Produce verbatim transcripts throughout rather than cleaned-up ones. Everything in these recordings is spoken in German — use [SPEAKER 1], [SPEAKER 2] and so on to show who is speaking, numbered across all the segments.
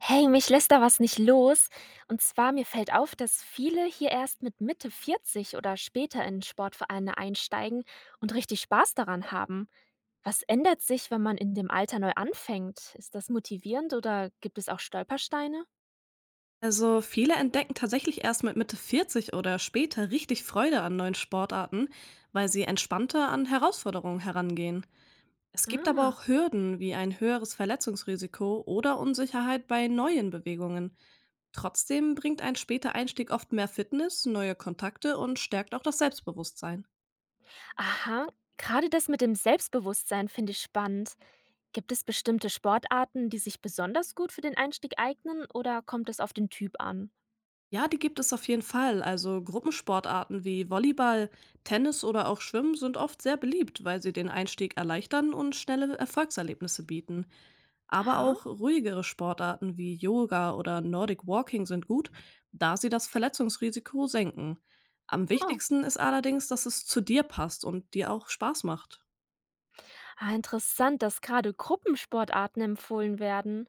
[SPEAKER 1] Hey, mich lässt da was nicht los. Und zwar mir fällt auf, dass viele hier erst mit Mitte vierzig oder später in Sportvereine einsteigen und richtig Spaß daran haben. Was ändert sich, wenn man in dem Alter neu anfängt? Ist das motivierend oder gibt es auch Stolpersteine?
[SPEAKER 2] Also viele entdecken tatsächlich erst mit Mitte vierzig oder später richtig Freude an neuen Sportarten, weil sie entspannter an Herausforderungen herangehen. Es gibt aber
[SPEAKER 1] Ah,
[SPEAKER 2] auch Hürden wie ein höheres Verletzungsrisiko oder Unsicherheit bei neuen Bewegungen. Trotzdem bringt ein später Einstieg oft mehr Fitness, neue Kontakte und stärkt auch das Selbstbewusstsein.
[SPEAKER 1] aha. Gerade das mit dem Selbstbewusstsein finde ich spannend. Gibt es bestimmte Sportarten, die sich besonders gut für den Einstieg eignen oder kommt es auf den Typ an?
[SPEAKER 2] Ja, die gibt es auf jeden Fall. Also Gruppensportarten wie Volleyball, Tennis oder auch Schwimmen sind oft sehr beliebt, weil sie den Einstieg erleichtern und schnelle Erfolgserlebnisse bieten. Aber
[SPEAKER 1] Ha?
[SPEAKER 2] auch ruhigere Sportarten wie Yoga oder Nordic Walking sind gut, da sie das Verletzungsrisiko senken. Am
[SPEAKER 1] Oh.
[SPEAKER 2] wichtigsten ist allerdings, dass es zu dir passt und dir auch Spaß macht.
[SPEAKER 1] Ah, interessant, dass gerade Gruppensportarten empfohlen werden.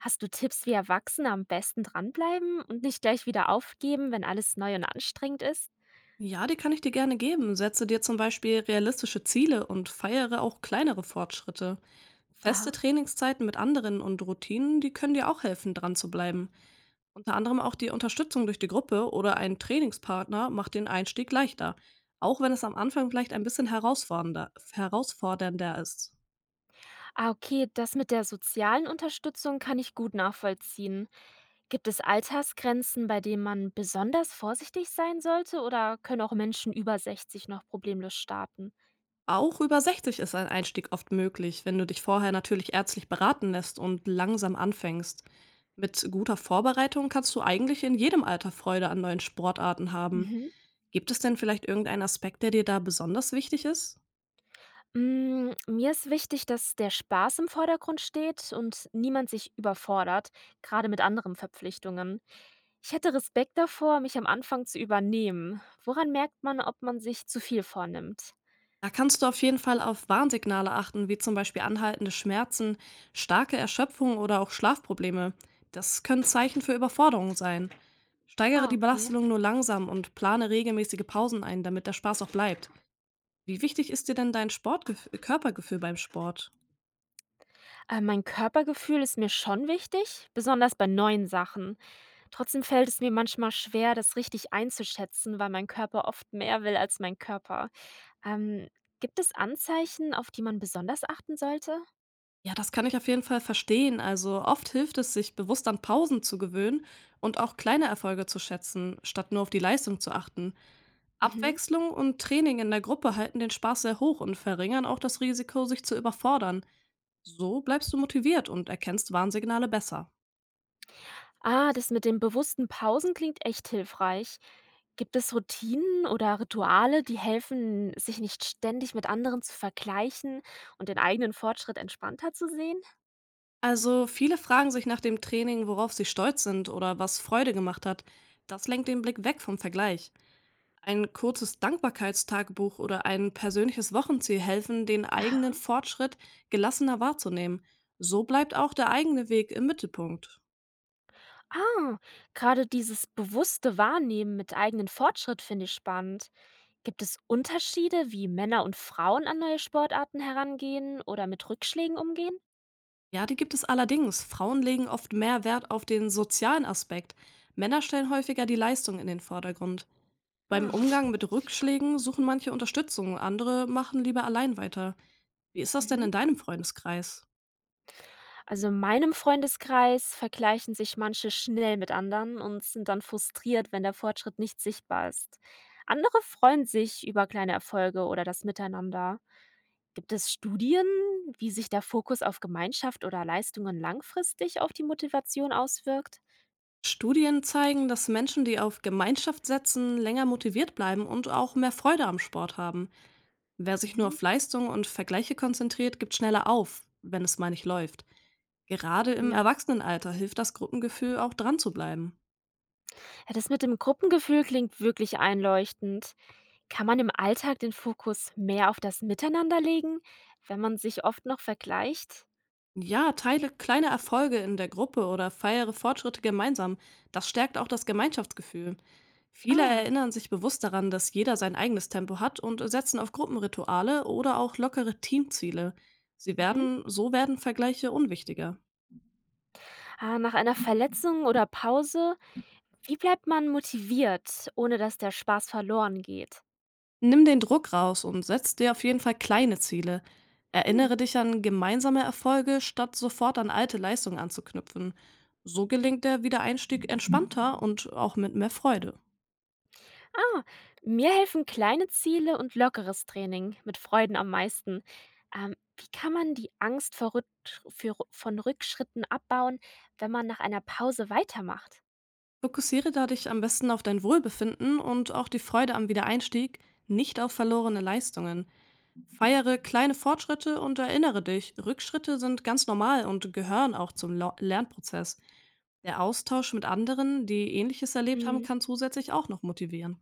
[SPEAKER 1] Hast du Tipps, wie Erwachsene am besten dranbleiben und nicht gleich wieder aufgeben, wenn alles neu und anstrengend ist?
[SPEAKER 2] Ja, die kann ich dir gerne geben. Setze dir zum Beispiel realistische Ziele und feiere auch kleinere Fortschritte. Feste
[SPEAKER 1] Aha.
[SPEAKER 2] Trainingszeiten mit anderen und Routinen, die können dir auch helfen, dran zu bleiben. Unter anderem auch die Unterstützung durch die Gruppe oder einen Trainingspartner macht den Einstieg leichter, auch wenn es am Anfang vielleicht ein bisschen herausfordernder, herausfordernder ist.
[SPEAKER 1] Ah, okay, das mit der sozialen Unterstützung kann ich gut nachvollziehen. Gibt es Altersgrenzen, bei denen man besonders vorsichtig sein sollte oder können auch Menschen über sechzig noch problemlos starten?
[SPEAKER 2] Auch über sechzig ist ein Einstieg oft möglich, wenn du dich vorher natürlich ärztlich beraten lässt und langsam anfängst. Mit guter Vorbereitung kannst du eigentlich in jedem Alter Freude an neuen Sportarten haben.
[SPEAKER 1] Mhm.
[SPEAKER 2] Gibt es denn vielleicht irgendeinen Aspekt, der dir da besonders wichtig ist?
[SPEAKER 1] Hm, mir ist wichtig, dass der Spaß im Vordergrund steht und niemand sich überfordert, gerade mit anderen Verpflichtungen. Ich hätte Respekt davor, mich am Anfang zu übernehmen. Woran merkt man, ob man sich zu viel vornimmt?
[SPEAKER 2] Da kannst du auf jeden Fall auf Warnsignale achten, wie zum Beispiel anhaltende Schmerzen, starke Erschöpfung oder auch Schlafprobleme. Das können Zeichen für Überforderung sein. Steigere
[SPEAKER 1] Ah,
[SPEAKER 2] die
[SPEAKER 1] okay.
[SPEAKER 2] Belastung nur langsam und plane regelmäßige Pausen ein, damit der Spaß auch bleibt. Wie wichtig ist dir denn dein Sportgef Körpergefühl beim Sport?
[SPEAKER 1] Äh, mein Körpergefühl ist mir schon wichtig, besonders bei neuen Sachen. Trotzdem fällt es mir manchmal schwer, das richtig einzuschätzen, weil mein Körper oft mehr will als mein Körper. Ähm, Gibt es Anzeichen, auf die man besonders achten sollte?
[SPEAKER 2] Ja, das kann ich auf jeden Fall verstehen. Also oft hilft es, sich bewusst an Pausen zu gewöhnen und auch kleine Erfolge zu schätzen, statt nur auf die Leistung zu achten.
[SPEAKER 1] Mhm.
[SPEAKER 2] Abwechslung und Training in der Gruppe halten den Spaß sehr hoch und verringern auch das Risiko, sich zu überfordern. So bleibst du motiviert und erkennst Warnsignale besser.
[SPEAKER 1] Ah, das mit den bewussten Pausen klingt echt hilfreich. Gibt es Routinen oder Rituale, die helfen, sich nicht ständig mit anderen zu vergleichen und den eigenen Fortschritt entspannter zu sehen?
[SPEAKER 2] Also viele fragen sich nach dem Training, worauf sie stolz sind oder was Freude gemacht hat. Das lenkt den Blick weg vom Vergleich. Ein kurzes Dankbarkeitstagebuch oder ein persönliches Wochenziel helfen, den eigenen
[SPEAKER 1] Aha.
[SPEAKER 2] Fortschritt gelassener wahrzunehmen. So bleibt auch der eigene Weg im Mittelpunkt.
[SPEAKER 1] Ah, Gerade dieses bewusste Wahrnehmen mit eigenen Fortschritt finde ich spannend. Gibt es Unterschiede, wie Männer und Frauen an neue Sportarten herangehen oder mit Rückschlägen umgehen?
[SPEAKER 2] Ja, die gibt es allerdings. Frauen legen oft mehr Wert auf den sozialen Aspekt. Männer stellen häufiger die Leistung in den Vordergrund. Beim
[SPEAKER 1] Ah.
[SPEAKER 2] Umgang mit Rückschlägen suchen manche Unterstützung, andere machen lieber allein weiter. Wie ist das denn
[SPEAKER 1] Mhm.
[SPEAKER 2] in deinem Freundeskreis?
[SPEAKER 1] Also in meinem Freundeskreis vergleichen sich manche schnell mit anderen und sind dann frustriert, wenn der Fortschritt nicht sichtbar ist. Andere freuen sich über kleine Erfolge oder das Miteinander. Gibt es Studien, wie sich der Fokus auf Gemeinschaft oder Leistungen langfristig auf die Motivation auswirkt?
[SPEAKER 2] Studien zeigen, dass Menschen, die auf Gemeinschaft setzen, länger motiviert bleiben und auch mehr Freude am Sport haben. Wer sich nur
[SPEAKER 1] Mhm.
[SPEAKER 2] auf Leistung und Vergleiche konzentriert, gibt schneller auf, wenn es mal nicht läuft. Gerade im
[SPEAKER 1] Ja.
[SPEAKER 2] Erwachsenenalter hilft das Gruppengefühl auch dran zu bleiben.
[SPEAKER 1] Ja, das mit dem Gruppengefühl klingt wirklich einleuchtend. Kann man im Alltag den Fokus mehr auf das Miteinander legen, wenn man sich oft noch vergleicht?
[SPEAKER 2] Ja, teile kleine Erfolge in der Gruppe oder feiere Fortschritte gemeinsam. Das stärkt auch das Gemeinschaftsgefühl.
[SPEAKER 1] Ah
[SPEAKER 2] Viele
[SPEAKER 1] ja.
[SPEAKER 2] erinnern sich bewusst daran, dass jeder sein eigenes Tempo hat und setzen auf Gruppenrituale oder auch lockere Teamziele. Sie
[SPEAKER 1] Mhm.
[SPEAKER 2] werden, so werden Vergleiche unwichtiger.
[SPEAKER 1] Ah, nach einer Verletzung oder Pause, wie bleibt man motiviert, ohne dass der Spaß verloren geht?
[SPEAKER 2] Nimm den Druck raus und setz dir auf jeden Fall kleine Ziele.
[SPEAKER 1] Hm.
[SPEAKER 2] Erinnere dich an gemeinsame Erfolge, statt sofort an alte Leistungen anzuknüpfen. So
[SPEAKER 1] Mhm.
[SPEAKER 2] gelingt der Wiedereinstieg entspannter und auch mit mehr Freude.
[SPEAKER 1] Ah, Mir helfen kleine Ziele und lockeres Training mit Freuden am meisten. Ähm, wie kann man die Angst vor Rück für, von Rückschritten abbauen, wenn man nach einer Pause weitermacht?
[SPEAKER 2] Fokussiere da dich am besten auf dein Wohlbefinden und auch die Freude am Wiedereinstieg, nicht auf verlorene Leistungen. Feiere kleine Fortschritte und erinnere dich, Rückschritte sind ganz normal und gehören auch zum Lo- Lernprozess. Der Austausch mit anderen, die Ähnliches erlebt haben,
[SPEAKER 1] Mhm.
[SPEAKER 2] kann zusätzlich auch noch motivieren.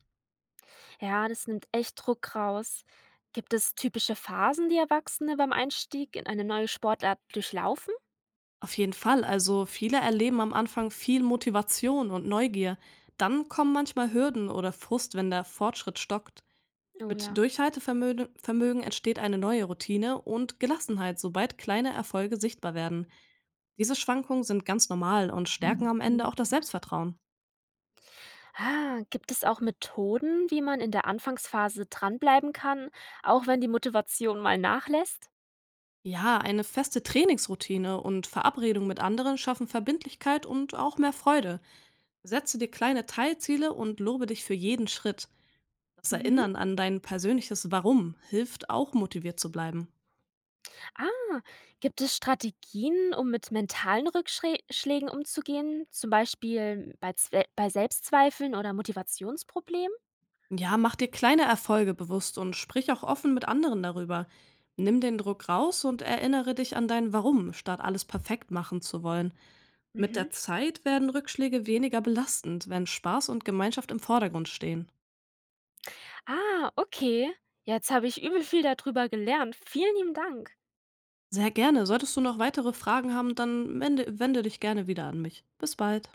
[SPEAKER 1] Ja, das nimmt echt Druck raus. Gibt es typische Phasen, die Erwachsene beim Einstieg in eine neue Sportart durchlaufen?
[SPEAKER 2] Auf jeden Fall, also viele erleben am Anfang viel Motivation und Neugier. Dann kommen manchmal Hürden oder Frust, wenn der Fortschritt stockt.
[SPEAKER 1] Oh
[SPEAKER 2] Mit
[SPEAKER 1] ja.
[SPEAKER 2] Durchhaltevermögen Vermögen entsteht eine neue Routine und Gelassenheit, sobald kleine Erfolge sichtbar werden. Diese Schwankungen sind ganz normal und stärken Mhm. am Ende auch das Selbstvertrauen.
[SPEAKER 1] Ah, gibt es auch Methoden, wie man in der Anfangsphase dranbleiben kann, auch wenn die Motivation mal nachlässt?
[SPEAKER 2] Ja, eine feste Trainingsroutine und Verabredung mit anderen schaffen Verbindlichkeit und auch mehr Freude. Setze dir kleine Teilziele und lobe dich für jeden Schritt. Das
[SPEAKER 1] Mhm.
[SPEAKER 2] Erinnern an dein persönliches Warum hilft auch motiviert zu bleiben.
[SPEAKER 1] Ah, Gibt es Strategien, um mit mentalen Rückschlägen umzugehen, zum Beispiel bei, Zwe bei Selbstzweifeln oder Motivationsproblemen?
[SPEAKER 2] Ja, mach dir kleine Erfolge bewusst und sprich auch offen mit anderen darüber. Nimm den Druck raus und erinnere dich an dein Warum, statt alles perfekt machen zu wollen. Mit
[SPEAKER 1] Mhm.
[SPEAKER 2] der Zeit werden Rückschläge weniger belastend, wenn Spaß und Gemeinschaft im Vordergrund stehen.
[SPEAKER 1] Ah, okay. Jetzt habe ich übel viel darüber gelernt. Vielen lieben Dank.
[SPEAKER 2] Sehr gerne. Solltest du noch weitere Fragen haben, dann wende, wende dich gerne wieder an mich. Bis bald.